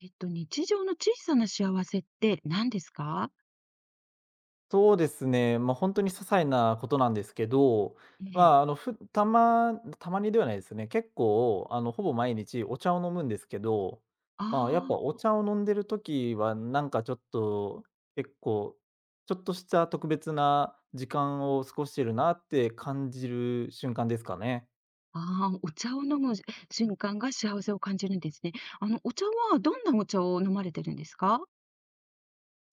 日常の小さな幸せって何ですか？そうですね、本当に些細なことなんですけど、ええ。まあ、あの、ふたまたまにではないですね。結構、あの、ほぼ毎日お茶を飲むんですけど、まあ、やっぱおあ茶を飲んでるときは、なんかちょっと、結構、ちょっとした特別な時間を過ごしてるなって感じる瞬間ですかね。あ、ああ、お茶を飲むし瞬間が幸せを感じるんですね。あの、お茶はどんなお茶を飲まれてるんですか？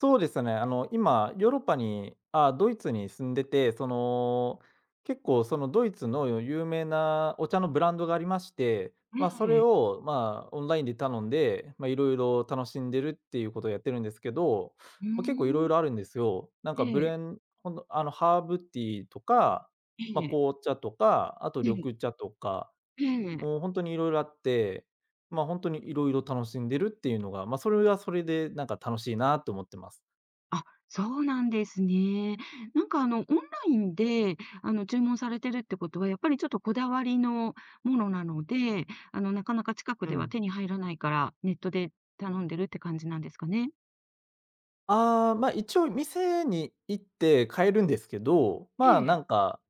そうですね。あの、今、ヨーロッパに、あ、ドイツに住んでて、その、結構そのドイツの有名なお茶のブランドがありまして、まあ、そえれえ。を、まあ、オンラインで頼んで、まあ、いろいろ楽しんでるっていうことをやってるんですけど、うーまあ、結構いろん。いろあるんですよ。なんえかブレえ、ンほんと、あの、ハーブティーとか、えまあ、え、紅茶とか、あとええ、緑茶とか、ええ。もう本当にいろいろあって、まあ、本当にいろいろ楽しんでるっていうのが、まあ、それはそれでなんか楽しいなと思ってます。あ、そうなんですね。なんか、あの、オンラインで、あの、注文されてるってことは、やっぱりちょっとこだわりのものなので、あの、なかなか近くうではん。手に入らないから、ネットで頼んでるって感じなんですかね？一応店に行って買えるんですけど、えまあ、なんえ。か、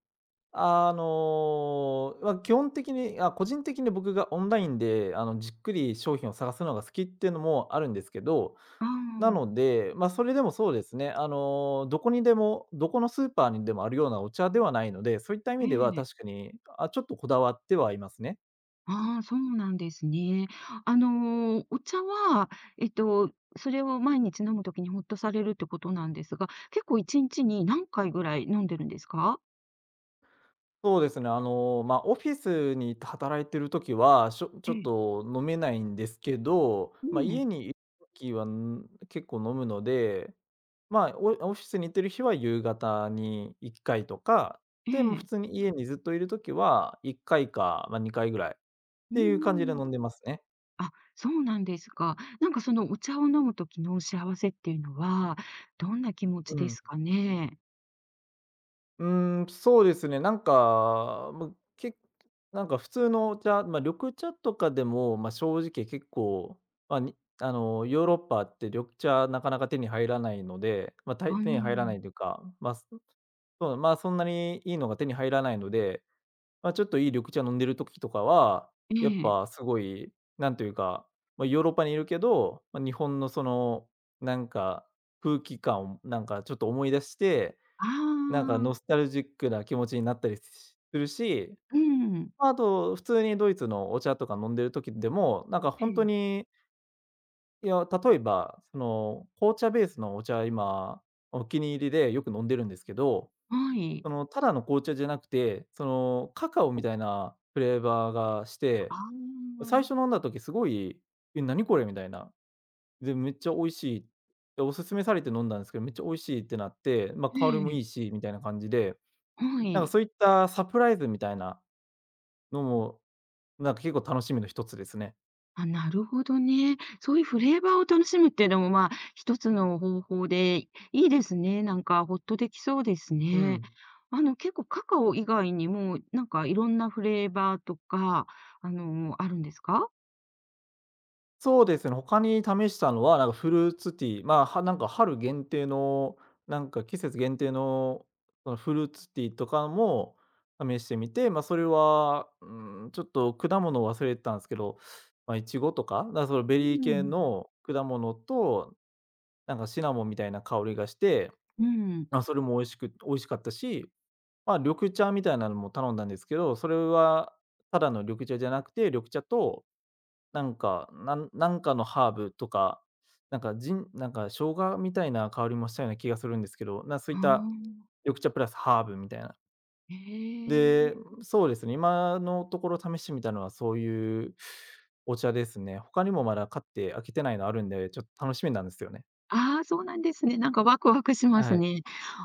あの、まあ、基本的に、あ、個人的に僕がオンラインで、あの、じっくり商品を探すのが好きっていうのもあるんですけど、あなあ、ので、まあ、それでもそうですね、あの、どこにでも、どこのスーパーにでもあるようなお茶ではないので、そういった意え味ではえ。確かに、あ、ちょっとこだわってはいますね。ああ、そうなんですね。あのー、お茶は、えっと、それを毎日飲むときにほっとされるってことなんですが、結構1日に何回ぐらい飲んでるんですか？そうですね、あの、まあ、オフィスに働いてるときは、ちえょっえ。と飲めないんですけど、うまあ、ん、家にいるときは、結構飲むので、まあ、オフィスに行ってる日は夕方に1回とか、えで、もう普え。通に家にずっといるときは1回かいか、まあ、2回ぐらいっうていう感じでん。飲んでますね。あ、そうなんですか。なんかそのお茶を飲む時の幸せっていうのは、どんな気持ちうでん。すかね？うーん、そうですね、けなんか普通のお茶、まあ、緑茶とかでも、まあ、正直結構、まあ、あの、ヨーロッパって緑茶なかなか手に入らないので、まあ、たあいあ、手に入らないというか、まあ、すそう、まあ、そんなにいいのが手に入らないので、まあ、ちょっといい緑茶飲んでる時とかは、えやっえ。ぱすごい、なんというか、まあ、ヨーロッパにいるけど、まあ、日本のその、なんか、空気感をなんかちょっと思い出して、あなんかあ、ノスタルジックな気持ちになったりするし、うん、まあと普通にドイツのお茶とか飲んでる時でも、なんかえ本当え、に、いや、例えば、その、紅茶ベースのお茶、今、お気に入りでよく飲んでるんですけど、はい。その、ただの紅茶じゃなくて、その、カカオみたいなフレーバーがしあて、あ、最初飲んだ時すごい、「え、何これ」みたいな。で、めっちゃ美味しい。で、おすすめされて飲んだんですけど、めっちゃ美味しいってなって、まあ、え香りもえ、いいしみたいな感じで、はなんかい。そういったサプライズみたいなのも、なんか結構楽しみの一つですね。あ、なるほどね。そういうフレーバーを楽しむっていうのも、まあ、一つの方法でいいですね。なんかほっとできそうですうね。ん。あの、結構カカオ以外にも、なんかいろんなフレーバーとか、あの、あるんですか？そうですね、他に試したのは、なんかフルーツティー、まあ、なんか春限定の、なんか季節限定の、そのフルーツティーとかも試してみて、まあ、それは、うん、ちょっと果物を忘れてたんですけど、まあ、いちごとか、だからそのベうリー系ん。の果物と、なんかシナモンみたいな香りがして、うん。まあ、それも美味しかったし、まあ、緑茶みたいなのも頼んだんですけど、それはただの緑茶じゃなくて、緑茶とんなんかのハーブとか、なんかジンなんか生姜みたいな香りもしたような気がするんですけど、そうあいったあ、緑茶プラスハーブみたいな。へで、え。そうですね、今のところ試してみたのはそういうお茶ですね。他にもまだ買って開けてないのあるんで、ちょっと楽しみなんですよね。ああ、そうなんですね。なんかワクワクしますはい。ね。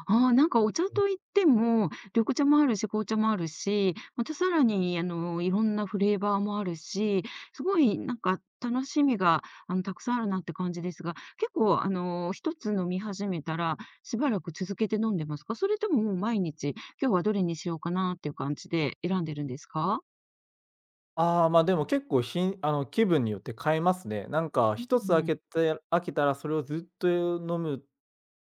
ああ、なんかお茶といっても、緑茶もあるし、紅茶もあるし、またさらにあの、いろんなフレーバーもあるし、すごいなんか楽しみが、あの、たくさんあるなって感じですが、結構あの、一つ飲み始めたら、しばらく続けて飲んでますか？それとももう毎日、今日はどれにしようかなっていう感じで選んでるんですか？でも結構あの、気分によって変えますね。なんかう一つ開ん、けて開けたらそれをずっと飲む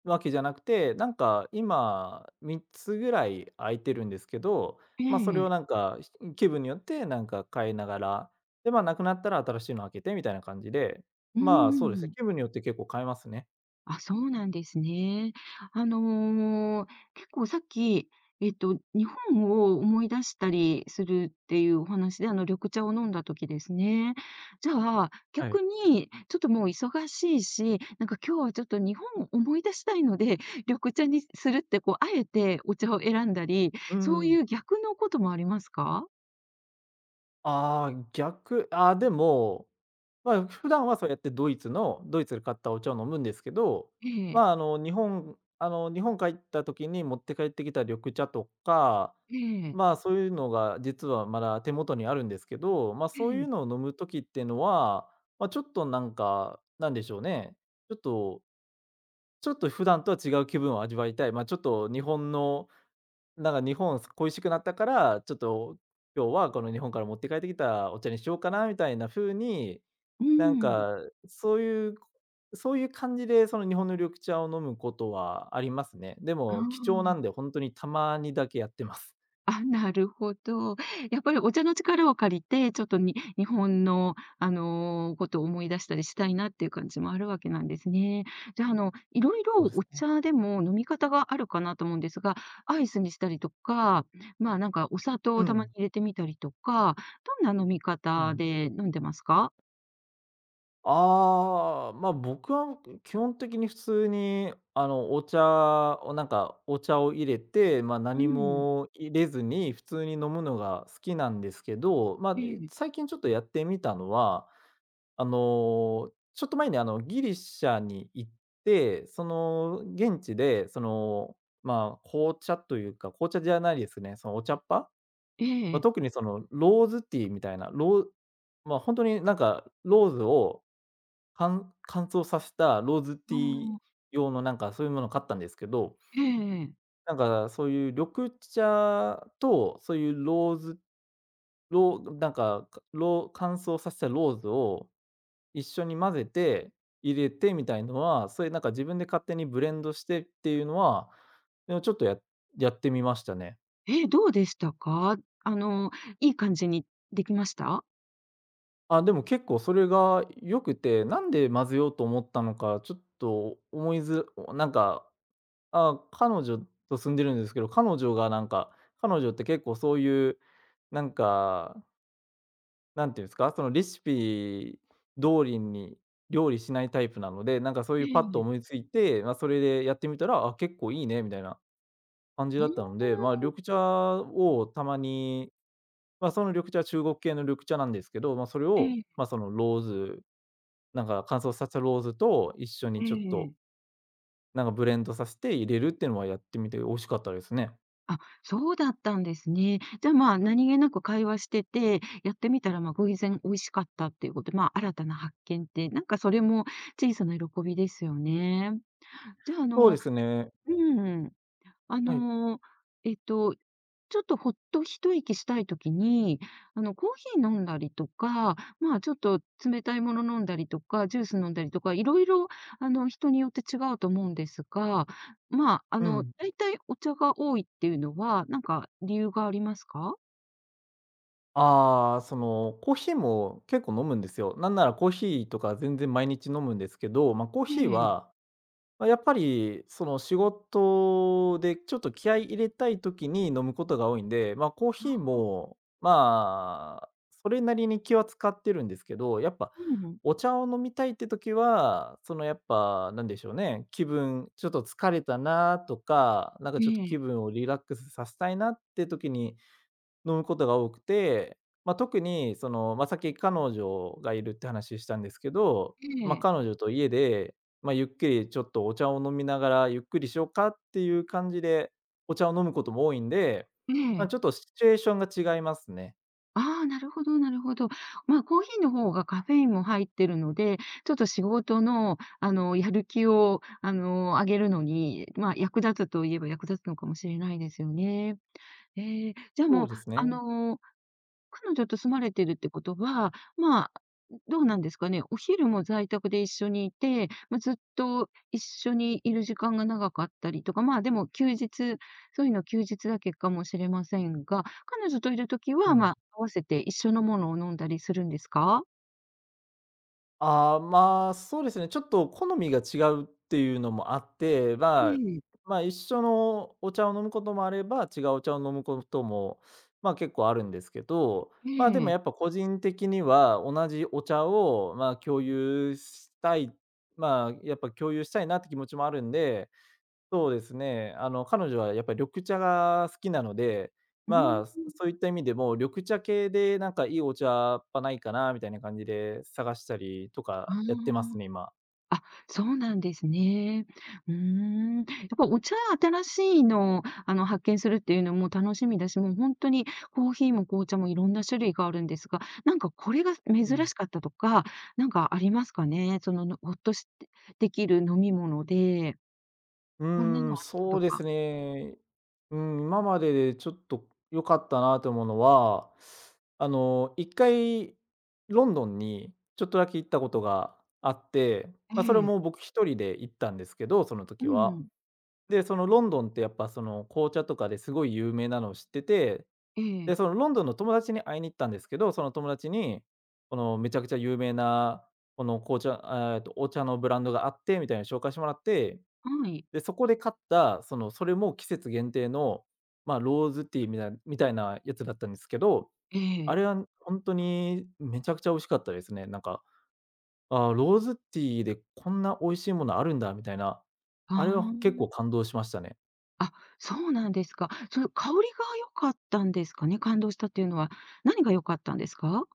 わけじゃなくて、なんか今3つぐらい開いてるんですけど、それえをなえ。んか、ひ気分によってなんか変えながら、で、なくなったら新しいの開けてみたいな感じで、うん、まあ、そうでうすね、ん。気分によって結構変えますね。あ、そうなんですね。あの、結構さっき、日本を思い出したりするっていうお話で、あの、緑茶を飲んだ時ですね。じゃあ、はい。逆に、ちょっともう忙しいし、なんか今日はちょっと日本を思い出したいので、緑茶にするって、こう、あえてお茶を選んだり、ううそういん。う逆のこともありますか？ああ、でも、まあ、普段はそうやってドイツで買ったお茶を飲むんですけど、ええ、まあ、あの、日本あの、日本帰った時に持って帰ってきた緑茶とか、ええ、まあ、そういうのが実はまだ手元にあるんですけど、えそういうえ。のを飲む時っていうのは、まあ、ちょっとなんか、なんでしょうね、ちょっとちょっと普段とは違う気分を味わいたい、まあ、ちょっと日本恋しくなったから、ちょっと今日はこの日本から持って帰ってきたお茶にしようかなみたいな風に、うなんーん、かそういう、そういう感じでその日本の緑茶を飲むことはありますね。であも貴重なんであ。本当にたまにだけやってます。あ、なるほど。やっぱりお茶の力を借りて、ちょっとに日本の、あの、ことを思い出したりしたいなっていう感じもあるわけなんですね。じゃあ、あの、いろいそろうですおね。茶でも飲み方があるかなと思うんですが、アイスにしたりとか、まあ、なんかお砂糖うをたまにん、入れてみたりとか、どんな飲みう方ん。で飲んでますか？僕は基本的に普通に、あの、お茶を入れて、まあ、う何ん。も入れずに普通に飲むのが好きなんですけど、まあ、ええ。最近ちょっとやってみたのは、あの、ちょっと前に、あの、ギリシャに行って、その、現地で、その、まあ、紅茶じゃないですね、そのお茶っ葉？えまあ、え。特にそのローズティーみたいな、ま、あ本当になんかローズを乾燥させたローズあティーあ、用のなんかそういうものを買ったんですけど、ええ。なんかそういう緑茶とそういうローズローなんか、かロー乾燥させたローズを一緒に混ぜて、入れてみたいのは、そういうなんか自分で勝手にブレンドしてっていうのは、でもちょっとやってみましたね。ええ、どうでしたか？あの、いい感じにできました？あ、でも結構それが良くて、なんで混ぜようと思ったのか、ちょっと思いずなんか、あ、彼女と住んでるんですけど、彼女がなんか、彼女って結構そういう、なんか、なんていうんですか、そのレシピ通りに料理しないタイプなので、なんかそういえうパッとえ。思いついて、まあ、それでやってみたら、あ、結構いいねみたいな感じあだったあ、ので、まあ、緑茶をたまに、まあ、その緑茶は中国系の緑茶なんですけど、まあ、それを、ええ。まあ、そのローズ、なんか乾燥させたローズと一緒にえちょっと、え。なんかブレンドさせて入れるっていうのはやってみて美味しかったですね。あ、そうだったんですね。じゃあ、まあ、何気なく会話してて、やってみたら、ま、偶然美味しかったっていうことで、まあ、新たな発見って、なんかそれも小さな喜びですよね。じゃあ、あそうでの、すね。うん。あはい。の、えっとちょっとほっと一息したいときに、あの、コーヒー飲んだりとか、まあ、ちょっと冷たいもの飲んだりとか、ジュース飲んだりとか、いろいろ、あの、人によって違うと思うんですが、まあ、あうの、ん。大体お茶が多いっていうのは、なんか理由がありますか？ああ、その、コーヒーも結構飲むんですよ。なんならコーヒーとか全然毎日飲むんですけど、まあ、コーえヒーえ。は、まあ、やっぱりその仕事でちょっと気合い入れたい時に飲むことが多いんで、まあ、コーあヒーあ、も、まあ、それなりに気は使ってるんですけど、やっぱうん。お茶を飲みたいって時は、そのやっぱなんでしょうね、気分ちょっと疲れたなとか、なんかえちょっとね、気分をリラックスさせたいなって時に飲むことが多くて、まあ、特にその、まあ、さっき彼女がいるって話したんですけど、えまあ、え、彼女と家で、まあ、ゆっくりちょっとお茶を飲みながらゆっくりしようかっていう感じで、お茶を飲むことも多いんで、ええ、えまあ、え。ちょっとシチュエーションが違いますね。ああ、なるほど、なるほど。まあ、コーヒーの方がカフェインも入ってるので、ちょっと仕事の、あの、やる気を、あの、上げるのに、まあ、役立つといえば役立つのかもしれないですよね。ええ、じゃあそもうう、ですあね。の、彼女と住まれてるってことは、まあ、どうなんですかね。お昼も在宅で一緒にいて、まあ、ずっと一緒にいる時間が長かったりとか、まあ、でも休日、そういうの休日だけかもしれませんが、彼女といる時うは、まん。あ、合わせて一緒のものを飲んだりするんですか？ああ、まあ、そうですね、ちょっと好みが違うっていうのもあって、えまあ、え、ええ。一緒のお茶を飲むこともあれば、違うお茶を飲むことも、まあ、結構あるんですけど、えまあ、でもえ。やっぱ個人的には同じお茶を、まあ、共有したいなって気持ちもあるんで、そうですね。あの、彼女はやっぱり緑茶が好きなので、うまん、あ、そういった意味でも、緑茶系でなんかいいお茶っぱないかなみたいな感じで探したりとあかやってますあ。ね、今。あ、そうなんですね。うーん。やっぱお茶、新しいのを、あの、発見するっていうのも楽しみだし、もう本当にコーヒーも紅茶もいろんな種類があるんですが、なんかこれが珍うん。しかったとか、なんかありますかね？その、のほっとして、できる飲み物で、うこんなーのあん、ったそとうでか。すね。うん、今まででちょっと良かったなと思うのは、あの、一回ロンドンにちょっとだけ行ったことがあって、えまあ、それえ。も僕一人で行ったんですけど、そのう時は。ん。で、そのロンドンってやっぱその紅茶とかですごい有名なのを知ってて、えで、え。そのロンドンの友達に会いに行ったんですけど、その友達に、このめちゃくちゃ有名な、この紅茶、お茶のブランドがあってみたいなの紹介してもらって、はい。で、そこで買った、その、それも季節限定の、まあ、ローズティーみたいなやつだったんですけど、えあれえ。は本当にめちゃくちゃ美味しかったですね。なんか、ああ、ローズティーでこんな美味しいものあるんだみたいな、ああれは結構あ。感動しましたね。あ、そうなんですか。その香りが良かったんですかね？感動したっていうのは。何が良かったんですか？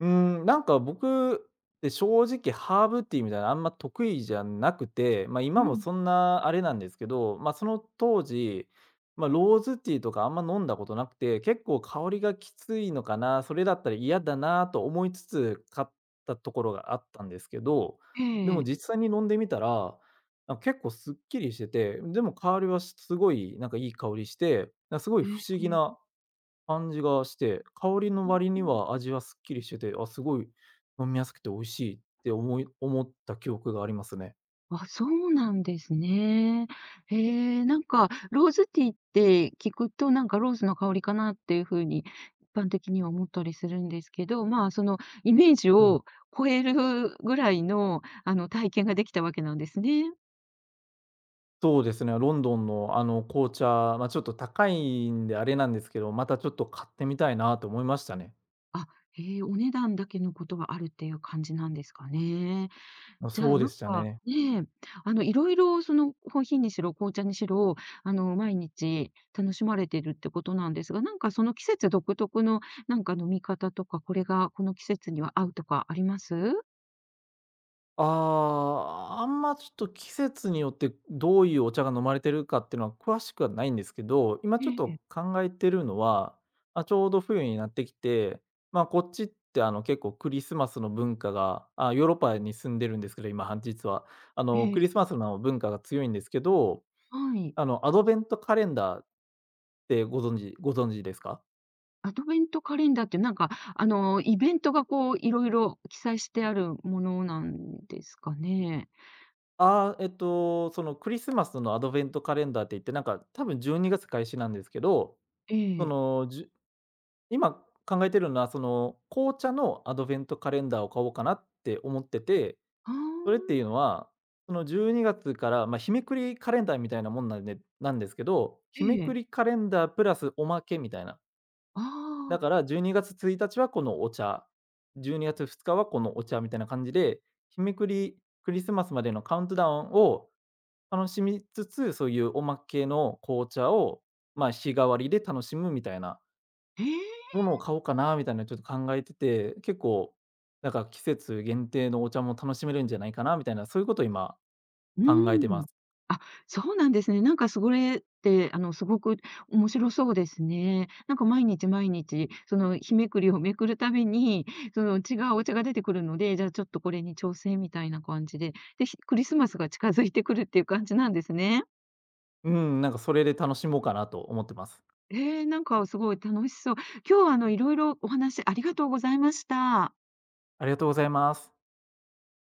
うーん、なんか僕って正直ハーブティーみたいなのあんま得意じゃなくて、まあ、う今もん。そんなあれなんですけど、まあ、その当時、まあ、ローズティーとかあんま飲んだことなくて、結構香りがきついのかな、それだったら嫌だなと思いつつ買ったところがあったんですけど、えでもえ。実際に飲んでみたら、なんか結構すっきりしてて、でも香りはすごいなんかいい香りして、なんかすごい不え思議え、えなえ、感じがして、香りの割うにん。は味はすっきりしてて、あ、すごい飲みやすくて美味しいって思った記憶がありますね。あ、そうなんですね。へえ、なんかローズティーって聞くと、なんかローズの香りかなっていう風に一般的には思ったりするんですけど、まあ、そのイメージうん。を超えるぐらいの、あの、体験ができたわけなんですね。そうですね、ロンドンのあの紅茶、ま、ちょっと高いんであれなんですけど、またちょっと買ってみたいなと思いましたね。あ、へえ、お値段だけのことはあるっていう感じなんですかね。ま、じゃそあ、うでなんしたか、ね。ねえ、あの、いろいろそのコーヒーにしろ、紅茶にしろ、あの、毎日楽しまれてるってことなんですが、なんかその季節独特の、なんか飲み方とか、これがこの季節には合うとかあります？ああ、あんまちょっと季節によってどういうお茶が飲まれてるかっていうのは詳しくはないんですけど、今えちょっとえ、考えてるのは、あちょうど冬になってきて、ま、こっちってあの結構クリスマスの文化が、あ、ヨーロッパに住んでるんですけど、今実は。あえのクえ、リスマスの文化が強いんですけど、はい。あのアドベントカレンダーってご存知ですか？アドベントカレンダーってなんか、あの、イベントがこういろいろ記載してあるものなんですかね？ああ、そのクリスマスのアドベントカレンダーって言って、なんか多分12月開始なんですけど、えそえ。のじ今考えてるのは、その、紅茶のアドベントカレンダーを買おうかなって思ってて、あそれっていあ、うのは、その12月から、まあ、日めくりカレンダーみたいなもんなんでなんですけど、日えめくえ。りカレンダープラスおまけみたいな。あだかあ、ら12月1日はこのお茶、12月2日はこのお茶みたいな感じで、日めくりクリスマスまでのカウントダウンを楽しみつつ、そういうおまけの紅茶を、まあ、日替わりで楽しむみたいな。ええ。ものを買おうかなみたいなのちょっと考えてて、結構、なんか季節限定のお茶も楽しめるんじゃないかなみたいな、そういうことを今う考えてーまん。す。あ、そうなんですね。なんか、それって、あの、すごく面白そうですね。なんか、毎日毎日、その、日めくりをめくるたびに、その、違うお茶が出てくるので、じゃあ、ちょっとこれに調整みたいな感じで、で、ひクリスマスが近づいてくるっていう感じなんですね。うん、なんかそれで楽しもうかなと思ってます。えーなんか、すごい楽しそう。今日は、あの、いろいろお話ありがとうございました。ありがとうございます。